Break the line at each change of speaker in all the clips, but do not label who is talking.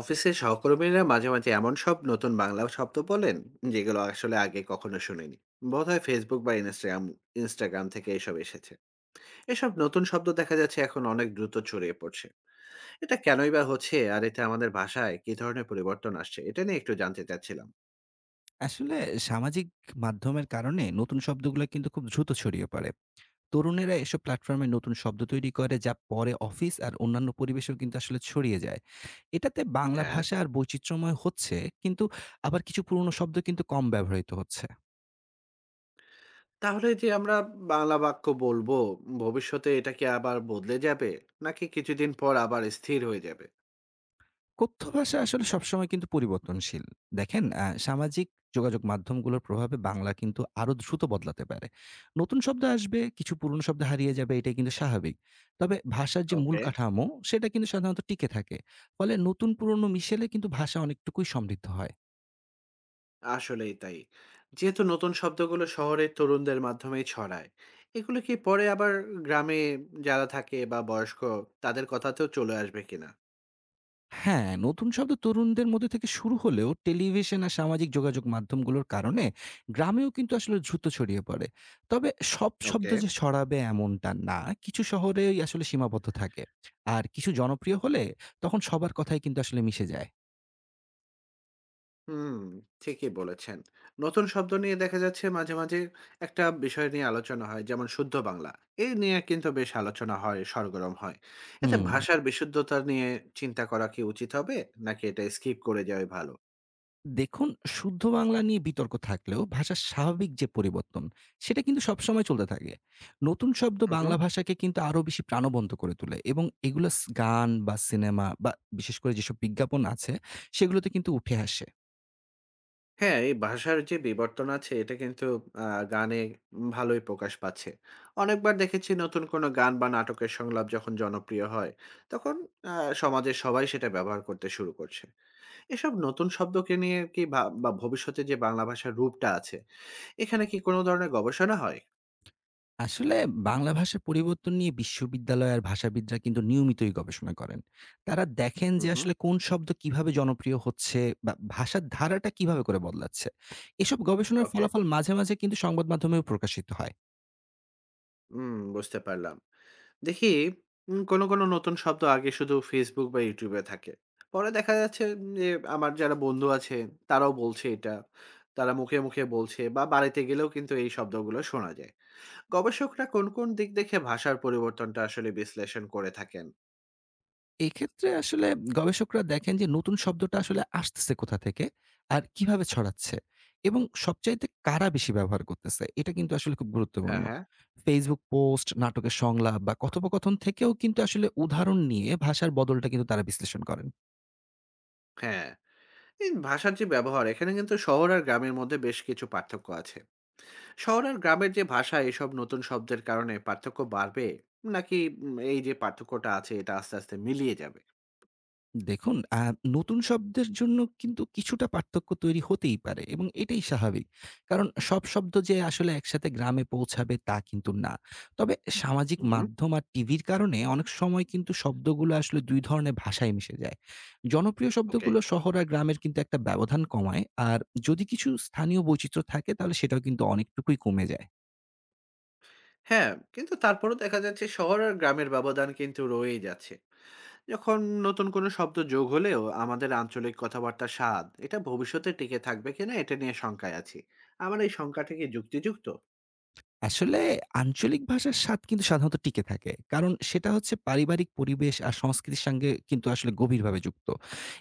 অফিসের সহকর্মীরা মাঝে মাঝে এমন সব নতুন বাংলা শব্দ বলেন যেগুলো আসলে আগে কখনো শুনিনি। বোধহয় ফেসবুক বা ইনস্টাগ্রাম ইনস্টাগ্রাম থেকে এসব এসেছে। এসব নতুন শব্দ দেখা যাচ্ছে এখন অনেক দ্রুত ছড়িয়ে পড়ছে। এটা কেনই বা হচ্ছে আর এতে আমাদের ভাষায় কি ধরনের পরিবর্তন আসছে এটা নিয়ে একটু জানতে চাচ্ছিলাম।
আসলে সামাজিক মাধ্যমের কারণে নতুন শব্দগুলো কিন্তু খুব দ্রুত ছড়িয়ে পড়ে। তরুণেরা এসব প্ল্যাটফর্মে নতুন শব্দ তৈরি করে যা পরে অফিস আর অন্যান্য পরিবেশেও কিন্তু আসলে ছড়িয়ে যায়। এটাতে বাংলা
হ্যাঁ,
ভাষা আর বৈচিত্র্যময় হচ্ছে কিন্তু আবার কিছু পুরনো শব্দ কিন্তু কম ব্যবহৃত হচ্ছে।
তাহলে যে আমরা বাংলা বাক্য বলবো ভবিষ্যতে এটা কি আবার বদলে যাবে, নাকি কিছুদিন পর আবার স্থির হয়ে যাবে?
কথ্য ভাষা আসলে সবসময় কিন্তু পরিবর্তনশীল। দেখেন সামাজিক যোগাযোগ মাধ্যমগুলোর প্রভাবে বাংলা কিন্তু আরো দ্রুত বদলাতে পারে। নতুন শব্দ আসবে, কিছু পুরনো শব্দ হারিয়ে যাবে এটাই কিন্তু স্বাভাবিক। তবে ভাষার যে মূল
ওকে।
কাঠামো সেটা কিন্তু সাধারণত টিকে থাকে। ফলে নতুন পুরনো মিশেলে কিন্তু ভাষা অনেকটুকুই সমৃদ্ধ হয়।
আসলেই তাই। যেহেতু নতুন শব্দগুলো শহরের তরুণদের মাধ্যমেই ছড়ায়, এগুলো কি পরে আবার গ্রামে যারা থাকে বা বয়স্ক তাদের কথাতেও চলে আসবে কিনা?
হ্যাঁ, নতুন শব্দ তরুণদের মধ্যে থেকে শুরু হলেও টেলিভিশন আর সামাজিক যোগাযোগ মাধ্যমগুলোর কারণে গ্রামেও কিন্তু আসলে দ্রুত ছড়িয়ে পড়ে। তবে সব শব্দ
ওকে।
যে ছড়াবে এমনটা না। কিছু শহরেই আসলে সীমাবদ্ধ থাকে। আর কিছু জনপ্রিয় হলে তখন সবার কথাই কিন্তু আসলে মিশে যায়।
হুম, ঠিকই বলেছেন। নতুন শব্দ নিয়ে দেখা যাচ্ছে মাঝে, মাঝে একটা বিষয় নিয়ে আলোচনা হয় যেমন শুদ্ধ বাংলা। এই নিয়ে কিন্তু বেশ আলোচনা হয়, সরগরম হয়। এতে
হুম।
ভাষার বিশুদ্ধতা নিয়ে চিন্তা করা কি উচিত হবে, নাকি এটা স্কিপ করে যাওয়াই ভালো?
দেখুন, শুদ্ধ বাংলা নিয়ে বিতর্ক থাকলেও ভাষার স্বাভাবিক যে পরিবর্তন সেটা কিন্তু সবসময় চলতে থাকে। নতুন শব্দ
হুম, হুম।
বাংলা ভাষাকে কিন্তু আরো বেশি প্রাণবন্ত করে তোলে এবং এগুলো গান বা সিনেমা বা বিশেষ করে যেসব বিজ্ঞাপন আছে সেগুলোতে কিন্তু উঠে আসে।
হ্যাঁ, এই ভাষার যে বিবর্তন আছে এটা কিন্তু আ গানে ভালোই প্রকাশ পাচ্ছে। অনেকবার দেখেছি নতুন কোনো গান বা নাটকের সংলাপ যখন জনপ্রিয় হয়, তখন আ সমাজের সবাই সেটা ব্যবহার করতে শুরু করছে। এসব নতুন শব্দকে নিয়ে কি ভা বা ভবিষ্যতে যে বাংলা ভাষার রূপটা আছে, এখানে কি কোনো ধরনের গবেষণা হয়?
আসলে বাংলা ভাষার পরিবর্তন নিয়ে বিশ্ববিদ্যালয় আর ভাষাবিদরা কিন্তু নিয়মিতই গবেষণা করেন। তারা দেখেন
হু,
যে
হু।
আসলে কোন শব্দ কিভাবে জনপ্রিয় হচ্ছে বা ভাষার ধারাটা কিভাবে করে বদলাচ্ছে। এসব গবেষণার
ওকে।
ফলাফল মাঝে মাঝে কিন্তু সংবাদ মাধ্যমেও প্রকাশিত হয়।
হুম, বুঝতে পারলাম। দেখি কোনো কোনো নতুন শব্দ আগে শুধু ফেসবুক বা ইউটিউবে থাকে, পরে দেখা যাচ্ছে যে আমার যারা বন্ধু আছে তারাও বলছে এটা। তারা মুখে মুখে বলছে বা বাড়িতে গেলেও কিন্তু এই শব্দগুলো শোনা যায়। গবেষকরা কোন কোন দিক দেখে ভাষার পরিবর্তনটা আসলে বিশ্লেষণ করে থাকেন?
এক্ষেত্রে আসলে গবেষকরা দেখেন যে নতুন শব্দটা আসলে আসতেছে কোথা থেকে আর কিভাবে ছড়াচ্ছে এবং সবচাইতে কারা বেশি ব্যবহার করতেছে, এটা কিন্তু আসলে খুব গুরুত্বপূর্ণ।
হ্যাঁ হ্যাঁ
ফেসবুক পোস্ট, নাটকের সংলাপ বা কথোপকথন থেকেও কিন্তু আসলে উদাহরণ নিয়ে ভাষার বদলটা কিন্তু তারা বিশ্লেষণ করেন।
হ্যাঁ, এই ভাষার যে ব্যবহার এখানে কিন্তু শহর আর গ্রামের মধ্যে বেশ কিছু পার্থক্য আছে। শহর আর গ্রামের যে ভাষা, এসব নতুন শব্দের কারণে পার্থক্য বাড়বে, নাকি এই যে পার্থক্যটা আছে এটা আস্তে আস্তে মিলিয়ে যাবে?
দেখুন, নতুন শব্দের জন্য কিন্তু কিছুটা পার্থক্য তৈরি হতেই পারে এবং এটাই স্বাভাবিক। কারণ সব শব্দ যে আসলে একসাথে গ্রামে পৌঁছাবে তা কিন্তু না। তবে সামাজিক
হুম।
মাধ্যম আর টিভির কারণে অনেক সময় কিন্তু শব্দগুলো আসলে ২ ধরনের ভাষায় মিশে যায়। জনপ্রিয়
ওকে।
শব্দগুলো শহর আর গ্রামের কিন্তু একটা ব্যবধান কমায়। আর যদি কিছু স্থানীয় বৈচিত্র্য থাকে তাহলে সেটাও কিন্তু অনেকটুকুই কমে যায়।
হ্যাঁ, কিন্তু তারপরও দেখা যাচ্ছে শহর আর গ্রামের ব্যবধান কিন্তু রয়েই যাচ্ছে। যখন নতুন কোনো শব্দ যোগ হলেও আমাদের আঞ্চলিক কথাবার্তার স্বাদ, এটা ভবিষ্যতে টিকে থাকবে কিনা এটা নিয়ে শঙ্কায় আছি। আমার এই শঙ্কাটা কি যুক্তিযুক্ত?
আসলে আঞ্চলিক ভাষার স্বাদ কিন্তু সাধারণত টিকে থাকে। কারণ সেটা হচ্ছে পারিবারিক পরিবেশ আর সংস্কৃতির সঙ্গে কিন্তু আসলে গভীরভাবে যুক্ত।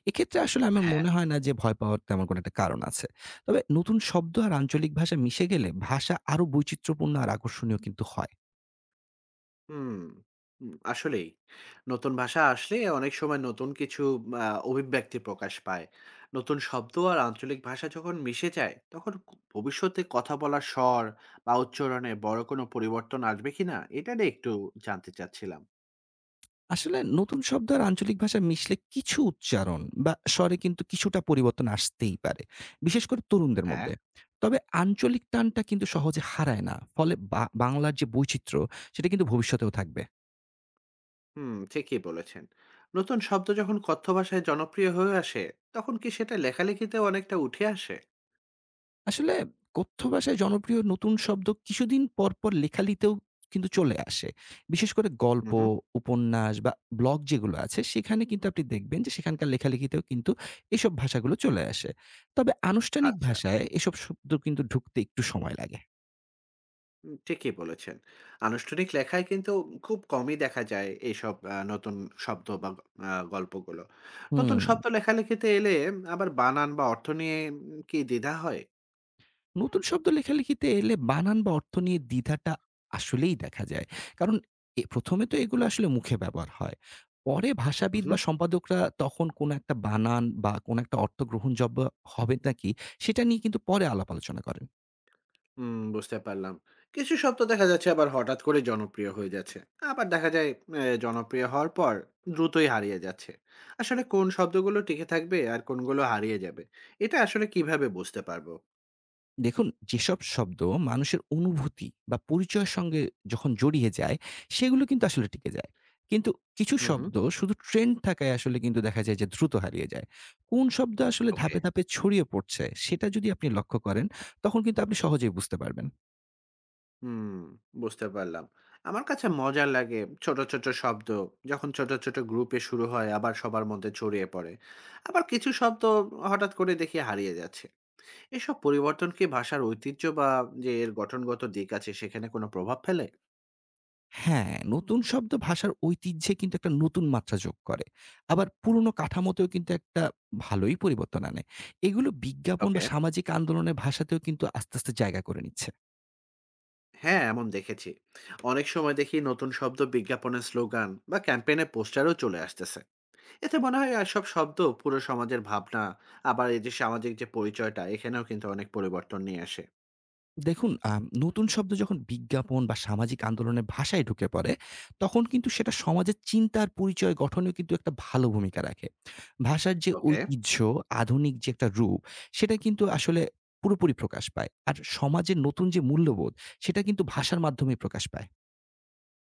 এক্ষেত্রে আসলে আমার
হ্যাঁ।
মনে হয় না যে ভয় পাওয়ার তেমন কোনো একটা কারণ আছে। তবে নতুন শব্দ আর আঞ্চলিক ভাষা মিশে গেলে ভাষা আরো বৈচিত্র্যপূর্ণ আর আকর্ষণীয় কিন্তু হয়।
হুম, হুম, আসলেই। নতুন ভাষা আসলে অনেক সময় নতুন কিছু আ অভিব্যক্তি প্রকাশ পায়। নতুন শব্দ আর আঞ্চলিক ভাষা যখন মিশে যায়, তখন ভবিষ্যতে কথা বলার স্বর বা উচ্চারণে বড় কোনো পরিবর্তন আসবে কিনা? এটা নিয়ে একটু জানতে চাচ্ছিলাম।
আসলে নতুন শব্দ আর আঞ্চলিক ভাষা মিশলে কিছু উচ্চারণ বা স্বরে কিন্তু কিছুটা পরিবর্তন আসতেই পারে। বিশেষ করে তরুণদের
হ্যাঁ।
মধ্যে। তবে আঞ্চলিক টানটা কিন্তু সহজে হারায় না। ফলে বা বাংলার যে বৈচিত্র্য সেটা কিন্তু ভবিষ্যতেও থাকবে।
হুম, ঠিকই বলেছেন। নতুন শব্দ যখন কথ্য ভাষায় জনপ্রিয় হয়ে আসে, তখন কি সেটা লেখালেখিতেও অনেকটা উঠে আসে?
আসলে কথ্য ভাষায় জনপ্রিয় নতুন শব্দ কিছুদিন পর পর লেখালিতেও কিন্তু চলে আসে। বিশেষ করে
হুম,
গল্প,
হুম।
উপন্যাস বা ব্লগ যেগুলো আছে সেখানে কিন্তু আপনি দেখবেন যে সেখানকার লেখালেখিতেও কিন্তু এসব ভাষাগুলো চলে আসে। তবে আনুষ্ঠানিক
আচ্ছা।
ভাষায় এসব শব্দ কিন্তু ঢুকতে একটু সময় লাগে।
ঠিকই বলেছেন। আনুষ্ঠানিক লেখায় কিন্তু খুব কমই দেখা যায় এইসব নতুন শব্দ বা গ আ গল্পগুলো। নতুন
হুম।
শব্দ লেখালেখিতে এলে আবার বানান বা অর্থ নিয়ে কি দ্বিধা হয়?
নতুন শব্দ লেখালেখিতে এলে বানান বা অর্থ নিয়ে দ্বিধাটা আসলেই দেখা যায়। কারণ এ ১ম এ তো এগুলো আসলে মুখে ব্যবহার হয়। পরে ভাষাবিদ
উহু।
বা সম্পাদকরা তখন কোনো একটা বানান বা কোনো একটা অর্থ গ্রহণযোগ্য হবে নাকি, সেটা নিয়ে কিন্তু পরে আলাপ আলোচনা করেন।
হুম, বুঝতে পারলাম। কিছু শব্দ দেখা যাচ্ছে আবার হঠাৎ করে জনপ্রিয় হয়ে যাচ্ছে। আবার দেখা যায় জনপ্রিয় হওয়ার পর দ্রুতই হারিয়ে যাচ্ছে। আসলে কোন শব্দগুলো টিকে থাকবে আর কোনগুলো হারিয়ে যাবে, এটা আসলে কিভাবে বুঝতে পারবো?
দেখুন, যেসব শব্দ মানুষের অনুভূতি বা পরিচয়ের সঙ্গে যখন জড়িয়ে যায়, সেগুলো কিন্তু আসলে টিকে যায়। কিন্তু কিছু
হু, হু।
শব্দ শুধু ট্রেন্ড থাকায় আসলে কিন্তু দেখা যায় যে দ্রুত হারিয়ে যায়। কোন শব্দ আসলে
ওকে।
ধাপে, ধাপে ছড়িয়ে পড়ছে সেটা যদি আপনি লক্ষ্য করেন, তখন কিন্তু আপনি সহজেই বুঝতে পারবেন।
হুম, বুঝতে পারলাম। আমার কাছে মজা লাগে ছোট, ছোট শব্দ যখন ছোট, ছোট গ্রুপে শুরু হয় আবার সবার মধ্যে ছড়িয়ে পড়ে। আবার কিছু শব্দ হঠাৎ করে দেখি হারিয়ে যাচ্ছে। এসব পরিবর্তন কি ভাষার ঐতিহ্য বা যে এর গঠনগত দিক আছে সেখানে কোনো প্রভাব ফেলে?
হ্যাঁ, নতুন শব্দ ভাষার ঐতিহ্যে কিন্তু একটা নতুন মাত্রা যোগ করে। আবার পুরনো কাঠামোতেও কিন্তু একটা ভালোই পরিবর্তন আনে। এগুলো বিজ্ঞাপন বা
ওকে।
সামাজিক আন্দোলনের ভাষাতেও কিন্তু আস্তে, আস্তে জায়গা করে নিচ্ছে।
হ্যাঁ, এমন দেখেছি। অনেক সময় দেখি নতুন শব্দ বিজ্ঞাপনের স্লোগান বা ক্যাম্পেইনে পোস্টারেও চলে আসতেছে। এতে মনে হয় এসব শব্দ পুরো সমাজের ভাবনা, আবার এই যে সামাজিক যে পরিচয়টা এখানেও কিন্তু অনেক পরিবর্তন নিয়ে আসে।
দেখুন, নতুন শব্দ যখন বিজ্ঞাপন বা সামাজিক আন্দোলনের ভাষায় ঢুকে পড়ে, তখন কিন্তু সেটা সমাজের চিন্তার পরিচয় গঠনেও কিন্তু একটা ভালো ভূমিকা রাখে। ভাষার যে
ওকে।
ঐতিহ্য, আধুনিক যে একটা রূপ, সেটা কিন্তু আসলে পুরোপুরি প্রকাশ পায়। আর সমাজের নতুন যে মূল্যবোধ, সেটা কিন্তু ভাষার মাধ্যমেই প্রকাশ পায়।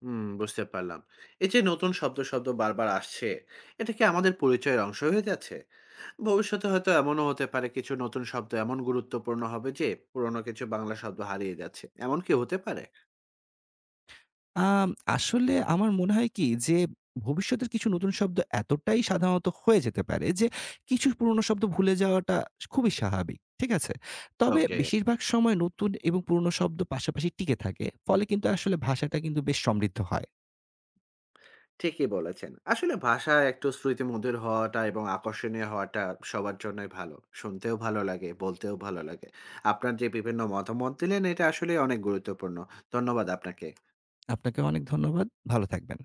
হুম, বুঝতে পারলাম। এই যে নতুন শব্দ শব্দ বারবার আসছে, এটা কি আমাদের পরিচয়ের অংশ হয়ে যাচ্ছে? ভবিষ্যতে হয়তো এমনও হতে পারে কিছু নতুন শব্দ এমন গুরুত্বপূর্ণ হবে যে পুরনো কিছু বাংলা শব্দ হারিয়ে যাচ্ছে, এমন কি হতে পারে?
আম আসলে আমার মনে হয় কি যে, ভবিষ্যতের কিছু নতুন শব্দ এতটাই সাধারণত হয়ে যেতে পারে যে, কিছু পুরনো শব্দ ভুলে যাওয়াটা খুবই স্বাভাবিক। ঠিক আছে? তবে
ওকে,
বেশিরভাগ সময় নতুন এবং পুরনো শব্দ পাশাপাশি টিকে থাকে। ফলে কিন্তু আসলে ভাষাটা কিন্তু বেশ সমৃদ্ধ হয়।
ঠিকই বলেছেন। আসলে ভাষা একটু শ্রুতিমধুর হওয়াটা এবং আকর্ষণীয় হওয়াটা সবার জন্যই ভালো, শুনতেও ভালো লাগে বলতেও ভালো লাগে। আপনার যে বিভিন্ন মতামত দিলেন এটা আসলে অনেক গুরুত্বপূর্ণ। ধন্যবাদ আপনাকে।
আপনাকে অনেক ধন্যবাদ। ভালো থাকবেন।